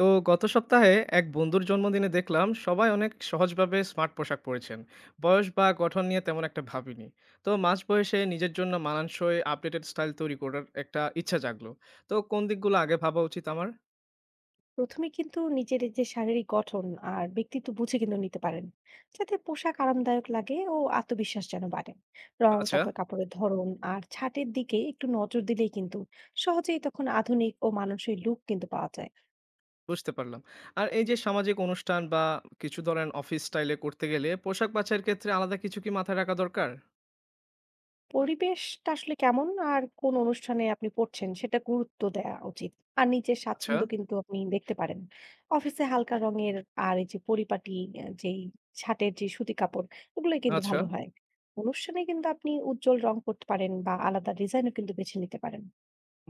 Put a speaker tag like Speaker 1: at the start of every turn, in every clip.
Speaker 1: তো গত সপ্তাহে এক বন্ধুর জন্মদিনে দেখলাম সবাই অনেক সহজভাবে স্মার্ট পোশাক পরেছেন। বয়স বা গঠন নিয়ে তেমন একটা ভাবিনি। তো মাঝ বয়সে নিজের জন্য মানানসই আপডেটেড স্টাইল তৈরি করার একটা ইচ্ছা জাগলো। তো কোন দিকগুলো আগে ভাবা উচিত আমার?
Speaker 2: প্রথমে কিন্তু নিজের এই যে শারীরিক গঠন আর ব্যক্তিত্ব বুঝে কিন্তু নিতে পারেন, যাতে পোশাক আরামদায়ক লাগে ও আত্মবিশ্বাস যেন বাড়ে। রং,
Speaker 1: আচ্ছা,
Speaker 2: তারপর কাপড়ের ধরন আর ছাঁটের দিকে একটু নজর দিলেই কিন্তু সহজেই তখন আধুনিক ও মানানসই লুক কিন্তু পাওয়া যায়।
Speaker 1: বুঝতে পারলাম। আর এই যে সামাজিক অনুষ্ঠান বা কিছু ধরেন অফিস স্টাইলে করতে গেলে পোশাক বাছাইয়ের ক্ষেত্রে আলাদা কিছু কি মাথায় রাখা দরকার?
Speaker 2: পরিবেশটা আসলে কেমন আর কোন অনুষ্ঠানে আপনি পড়ছেন সেটা গুরুত্ব দেয়া উচিত। আর নিজের
Speaker 1: আচ্ছা।
Speaker 2: স্বাচ্ছন্দ্য কিন্তু আপনি দেখতে পারেন। অফিসে হালকা রঙের আর এই যে পরিপাটি যেই ছাটের যে সুতি কাপড়, ওগুলোই কিন্তু
Speaker 1: আচ্ছা,
Speaker 2: ভালো হয়। অনুষ্ঠানে কিন্তু আপনি উজ্জ্বল রং করতে পারেন বা আলাদা ডিজাইনও কিন্তু বেছে নিতে পারেন।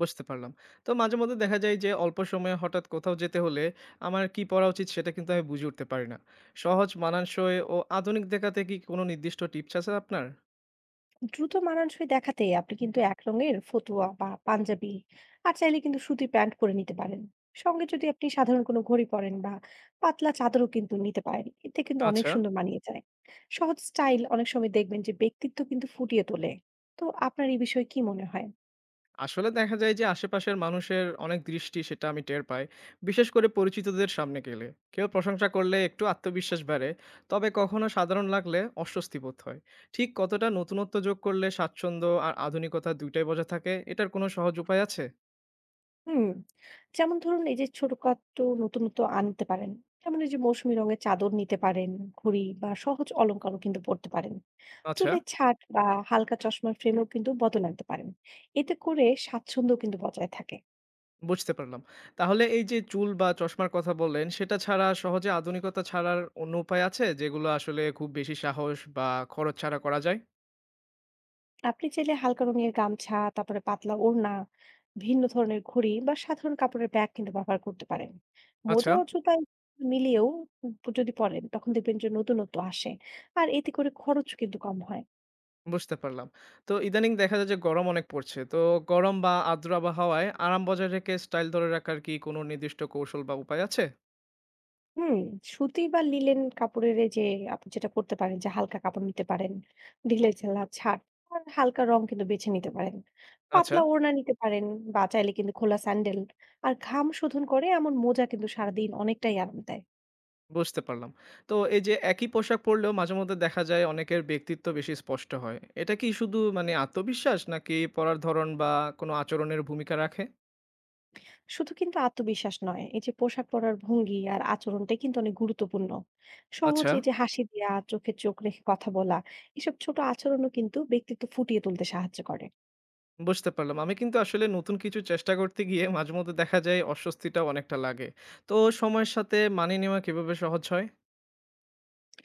Speaker 1: বুঝতে পারলাম। তো মাঝেমধ্যে দেখা যায় যে অল্প সময়ে হঠাৎ কোথাও যেতে হলে আমার কি পড়া উচিত সেটা কিন্তু আমি বুঝে উঠতে পারি না। সহজ, মানানসই ও আধুনিক দেখাতে কি কোনো নির্দিষ্ট টিপস আছে আপনার?
Speaker 2: দ্রুত মানানসই দেখাতে আপনি কিন্তু এক রঙের ফতুয়া বা পাঞ্জাবি আর চাইলে কিন্তু সুতি প্যান্ট পরে নিতে পারেন। সঙ্গে যদি আপনি সাধারণ কোনো ঘড়ি পরেন বা পাতলা চাদরও কিন্তু নিতে পারেন, এতে কিন্তু অনেক
Speaker 1: আচ্ছা।
Speaker 2: সুন্দর মানিয়ে যায়। সহজ স্টাইল অনেক সময় দেখবেন যে ব্যক্তিত্ব কিন্তু ফুটিয়ে তোলে। তো আপনার এই বিষয়ে কি মনে হয়?
Speaker 1: আসলে দেখা যায় যে আশেপাশের মানুষের অনেক দৃষ্টি সেটা আমি টের পাই। বিশেষ করে পরিচিতদের সামনে গেলে। কেউ প্রশংসা করলে একটু আত্মবিশ্বাস বাড়ে। তবে কখনো সাধারণ লাগলে অস্বস্তি বোধ হয়। ঠিক কতটা নতুনত্ব যোগ করলে স্বাচ্ছন্দ্য আর আধুনিকতা ২ টাই বজায় থাকে এটার কোনো সহজ উপায় আছে?
Speaker 2: হুম, যেমন ধরুন এই যে ছোটখাটো নতুনত্ব আনতে পারেন, যেমন এই যে মৌসুমী রঙের চাদর নিতে পারেন, ঘড়ি বা সহজ অলংকারও কিন্তু পরতে পারেন।
Speaker 1: আচ্ছা।
Speaker 2: চুলের ছাঁট বা হালকা চশমার ফ্রেমও কিন্তু বদল আনতে পারেন, এতে করে স্বাচ্ছন্দ্য কিন্তু বজায় থাকে।
Speaker 1: বুঝতে পারলাম। তাহলে এই যে চুল বা চশমার কথা বললেন, সেটা ছাড়া সহজে আধুনিকতা ছাড়ার অন্য উপায় আছে? যেগুলো আসলে খুব বেশি সাহস বা খরচ ছাড়া করা যায়?
Speaker 2: আপনি চাইলে হালকা রঙের গামছা, তারপরে পাতলা ওড়না, ভিন্ন ধরনের ঘড়ি বা সাধারণ কাপড়ের ব্যাগ কিন্তু ব্যবহার করতে পারেন।
Speaker 1: আচ্ছা,
Speaker 2: মোজা ও জুতা মিলিয়েও যদি পরেন তখন দেখবেন যে নতুনত্ব আসে, আর এতে করে খরচ কিন্তু কম হয়।
Speaker 1: বুঝতে পারলাম। তো ইদানিং দেখা যায় যে গরম অনেক পড়ছে। তো গরম বা আর্দ্র আবহাওয়ায় আরাম বজায় রেখে স্টাইল ধরে রাখার কি কোনো নির্দিষ্ট কৌশল বা উপায় আছে?
Speaker 2: হুম, সুতি বা লিনেন কাপড়ের এই যে আপনি যেটা করতে পারেন যে হালকা কাপড় নিতে পারেন, ঢিলেঢালা ছাট আর হালকা রং কিন্তু বেছে নিতে পারেন।
Speaker 1: আচ্ছা,
Speaker 2: পাতলা ওড়না নিতে পারেন বা চাইলে কিন্তু খোলা স্যান্ডেল আর ঘাম শোধন করে এমন মোজা কিন্তু সারাদিন অনেকটাই আরাম দেয়।
Speaker 1: বুঝতে পারলাম। তো এই যে একই পোশাক পরলেও মাঝেমধ্যে দেখা যায় অনেকের ব্যক্তিত্ব বেশি স্পষ্ট হয়। এটা কি শুধু মানে আত্মবিশ্বাস নাকি পড়ার ধরন বা কোনো আচরণের ভূমিকা রাখে?
Speaker 2: শুধু কিন্তু আত্মবিশ্বাস নয়, এই যে পোশাক পরার ভঙ্গি আর আচরণটাই কিন্তু অনেক গুরুত্বপূর্ণ। সহজ
Speaker 1: আচ্ছা।
Speaker 2: এই যে হাসি দেয়া, চোখে চোখ রেখে কথা বলা, এসব ছোট আচরণও কিন্তু ব্যক্তিত্ব ফুটিয়ে তুলতে সাহায্য করে।
Speaker 1: বুঝতে পারলাম। আমি কিন্তু আসলে নতুন কিছু চেষ্টা করতে গিয়ে মাঝেমধ্যে দেখা যায় অস্বস্তিটা অনেকটা লাগে। তো সময়ের সাথে মানিয়ে নেওয়া কিভাবে সহজ হয়?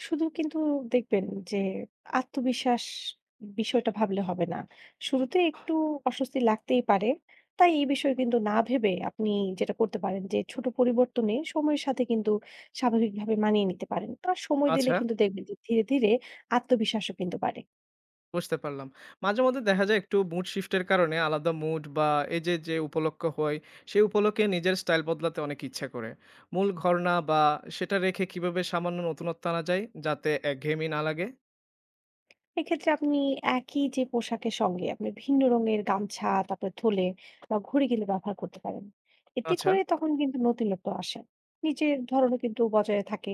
Speaker 2: শুধু কিন্তু দেখবেন যে আত্মবিশ্বাস বিষয়টা ভাবলে হবে না। শুরুতে একটু অস্বস্তি লাগতেই পারে। তাই এই বিষয়ে কিন্তু না ভেবে আপনি যেটা করতে পারেন যে ছোট পরিবর্তনে সময়ের সাথে কিন্তু স্বাভাবিকভাবে মানিয়ে নিতে পারেন। আর সময় দিলে
Speaker 1: আচ্ছা,
Speaker 2: কিন্তু দেখবেন যে ধীরে ধীরে আত্মবিশ্বাসও কিন্তু বাড়ে।
Speaker 1: বুঝতে পারলাম। মাঝেমধ্যে দেখা যায় একটু মুড শিফট এর কারণে আলাদা মুড বা এই যে, যে উপলক্ষ হয়, সেই উপলক্ষে নিজের স্টাইল বদলাতে অনেক ইচ্ছা করে। মূল ঘরনা বা সেটা রেখে কিভাবে সামান্য নতুনত্ব আনা যায় যাতে একঘেয়েমি না লাগে?
Speaker 2: এক্ষেত্রে আপনি একই যে পোশাকের সঙ্গে আপনি ভিন্ন রঙের গামছা, তারপরে থলে বা ঘড়ি কিন্তু ব্যবহার করতে পারেন। এতে
Speaker 1: আচ্ছা,
Speaker 2: করে তখন কিন্তু নতুনত্ব আসে। নিজের ধরনও কিন্তু বজায় থাকে।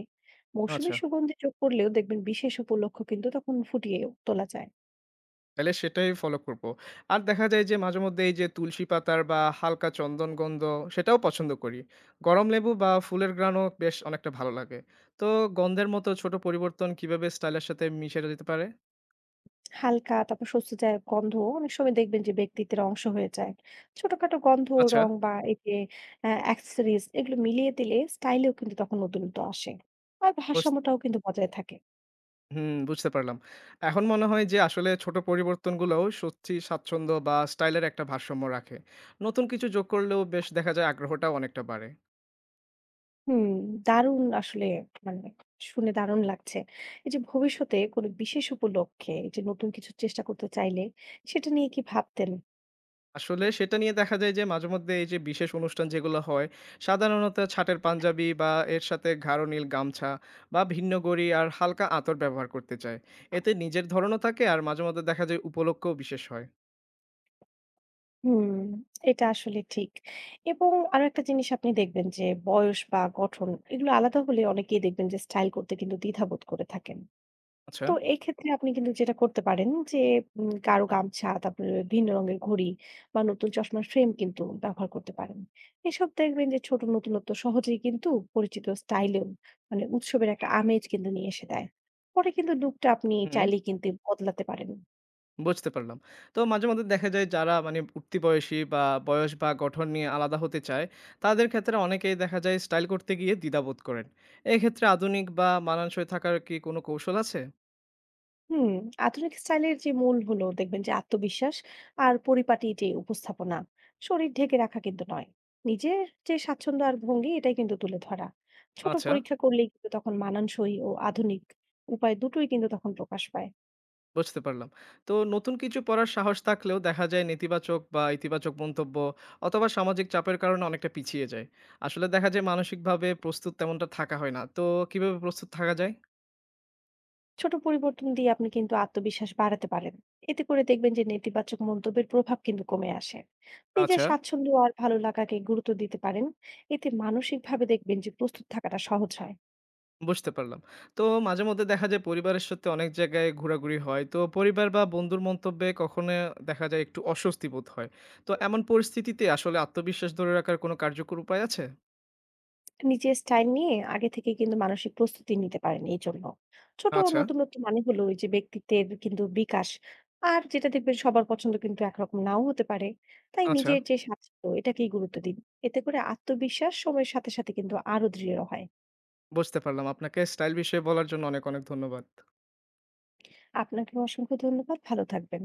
Speaker 2: মৌসুমী
Speaker 1: আচ্ছা।
Speaker 2: সুগন্ধি যোগ করলেও দেখবেন বিশেষ উপলক্ষ কিন্তু তখন ফুটিয়ে তোলা যায়।
Speaker 1: তাইলে সেটাই ফলো করব। আর দেখা যায় যে মাঝেমধ্যে এই যে তুলসী পাতার বা হালকা চন্দন গন্ধ সেটাও পছন্দ করি। গরম লেবু বা ফুলের ঘ্রাণও বেশ অনেকটা ভালো লাগে। তো গন্ধের মতো ছোট পরিবর্তন কিভাবে স্টাইলের সাথে মিশে যেতে পারে?
Speaker 2: হালকা তারপর স্বস্তিদায়ক গন্ধ অনেক সময় দেখবেন যে ব্যক্তিত্বের অংশ হয়ে যায়। ছোটখাটো গন্ধ,
Speaker 1: আচ্ছা,
Speaker 2: রং বা এই যে অ্যাক্সেসরিজ এগুলো মিলিয়ে দিলে স্টাইলেও কিন্তু তখন নতুনত্ব আসে। আর
Speaker 1: বুঝ
Speaker 2: ভারসাম্যটাও কিন্তু বজায় থাকে।
Speaker 1: হুম, বুঝতে পারলাম। এখন মনে হয় যে আসলে ছোট পরিবর্তনগুলোও সত্যি স্বাচ্ছন্দ্য বা স্টাইলের একটা ভারসাম্য রাখে। নতুন কিছু যোগ করলেও বেশ দেখা যায় আগ্রহটাও অনেকটা বাড়ে।
Speaker 2: হুম, দারুণ আসলে, মানে শুনে দারুণ লাগছে। এই যে ভবিষ্যতে কোনো বিশেষ উপলক্ষে এই যে নতুন কিছু চেষ্টা করতে চাইলে সেটা নিয়ে কি ভাবতেন?
Speaker 1: আসলে সেটা নিয়ে দেখা যায় যে মাঝেমধ্যে এই যে বিশেষ অনুষ্ঠান যেগুলো হয় সাধারণত ছাটের পাঞ্জাবি বা এর সাথে গাঢ় নীল গামছা বা ভিন্ন গড়ি আর হালকা আতর ব্যবহার করতে চায়। এতে নিজের ধরনও থাকে আর মাঝে মধ্যে দেখা যায় উপলক্ষও বিশেষ হয়।
Speaker 2: হুম, এটা আসলে ঠিক। এবং আরো একটা জিনিস আপনি দেখবেন যে বয়স বা গঠন এগুলো আলাদা হলে অনেকেই দেখবেন যে স্টাইল করতে কিন্তু দ্বিধাবোধ করে থাকেন।
Speaker 1: আচ্ছা।
Speaker 2: তো এক্ষেত্রে আপনি কিন্তু যেটা করতে পারেন যে গাঢ় গামছা, তারপরে ভিন্ন রঙের ঘড়ি বা নতুন চশমার ফ্রেম কিন্তু ব্যবহার করতে পারেন। এসব দেখবেন যে ছোট নতুনত্ব সহজেই কিন্তু পরিচিত স্টাইলেও মানে উৎসবের একটা আমেজ কিন্তু নিয়ে এসে দেয়। পরে কিন্তু লুকটা আপনি
Speaker 1: হুম,
Speaker 2: চাইলেই কিন্তু বদলাতে পারেন।
Speaker 1: বুঝতে পারলাম। তো মাঝে মধ্যে দেখা যায় যারা মানে উঠতি বয়সী বা বয়স বা গঠন নিয়ে আলাদা হতে চায়, তাদের ক্ষেত্রে অনেকেই দেখা যায় স্টাইল করতে গিয়ে দ্বিধাবোধ করেন। এক্ষেত্রে আধুনিক বা মানানসই থাকার কি কোনো কৌশল আছে?
Speaker 2: হুম, আধুনিক স্টাইলের যে মূল হলো দেখবেন যে আত্মবিশ্বাস আর পরিপাটি যে উপস্থাপনা। শরীর ঢেকে রাখা কিন্তু নয়, নিজের যে স্বাচ্ছন্দ্য আর ভঙ্গি এটাই কিন্তু তুলে ধরা। ছোট
Speaker 1: আচ্ছা,
Speaker 2: পরীক্ষা করলেই কিন্তু তখন মানানসই ও আধুনিক উপায় দুটোই কিন্তু তখন প্রকাশ পায়।
Speaker 1: বুঝতে পারলাম। তো নতুন কিছু পড়ার সাহস থাকলেও দেখা যায় নেতিবাচক বা ইতিবাচক মন্তব্য অথবা সামাজিক চাপের কারণে অনেকটা পিছিয়ে যায়। আসলে দেখা যায় মানসিকভাবে প্রস্তুত তেমনটা থাকা হয় না। তো কিভাবে প্রস্তুত থাকা যায়?
Speaker 2: ছোট পরিবর্তন দিয়ে আপনি কিন্তু আত্মবিশ্বাস বাড়াতে পারেন, এতে করে দেখবেন যে নেতিবাচক মন্তব্যের প্রভাব কিন্তু কমে আসে। নিজের
Speaker 1: আচ্ছা,
Speaker 2: স্বাচ্ছন্দ্য আর ভালো লাগাকে গুরুত্ব দিতে পারেন, এতে মানসিকভাবে দেখবেন যে প্রস্তুত থাকাটা সহজ হয়।
Speaker 1: বুঝতে পারলাম। তো মাঝে মধ্যে দেখা যায় পরিবারের সাথে অনেক জায়গায় ঘোরাঘুরি হয়। তো পরিবার বা বন্ধুর মন্তব্যে কখনো দেখা যায় একটু অস্বস্তি বোধ হয়। তো এমন পরিস্থিতিতে আসলে আত্মবিশ্বাস ধরে রাখার কোনো কার্যকর উপায় আছে?
Speaker 2: নিজের স্টাইল নিয়ে আগে থেকে কিন্তু মানসিক প্রস্তুতি নিতে পারেন এই জন্য। ছোট
Speaker 1: আচ্ছা,
Speaker 2: নতুনত্ব মানে হলো ওই যে ব্যক্তিত্বের কিন্তু বিকাশ। আর যেটা দেখবেন সবার পছন্দ কিন্তু একরকম নাও হতে পারে। তাই
Speaker 1: আচ্ছা
Speaker 2: নিজের যে স্বাচ্ছন্দ্য এটাকেই গুরুত্ব দিন। এতে করে আত্মবিশ্বাস সময়ের সাথে সাথে কিন্তু আরো দৃঢ় হয়।
Speaker 1: বুঝতে পারলাম। আপনাকে স্টাইল বিষয়ে বলার জন্য অনেক, অনেক ধন্যবাদ।
Speaker 2: আপনাকেও অসংখ্য ধন্যবাদ। ভালো থাকবেন।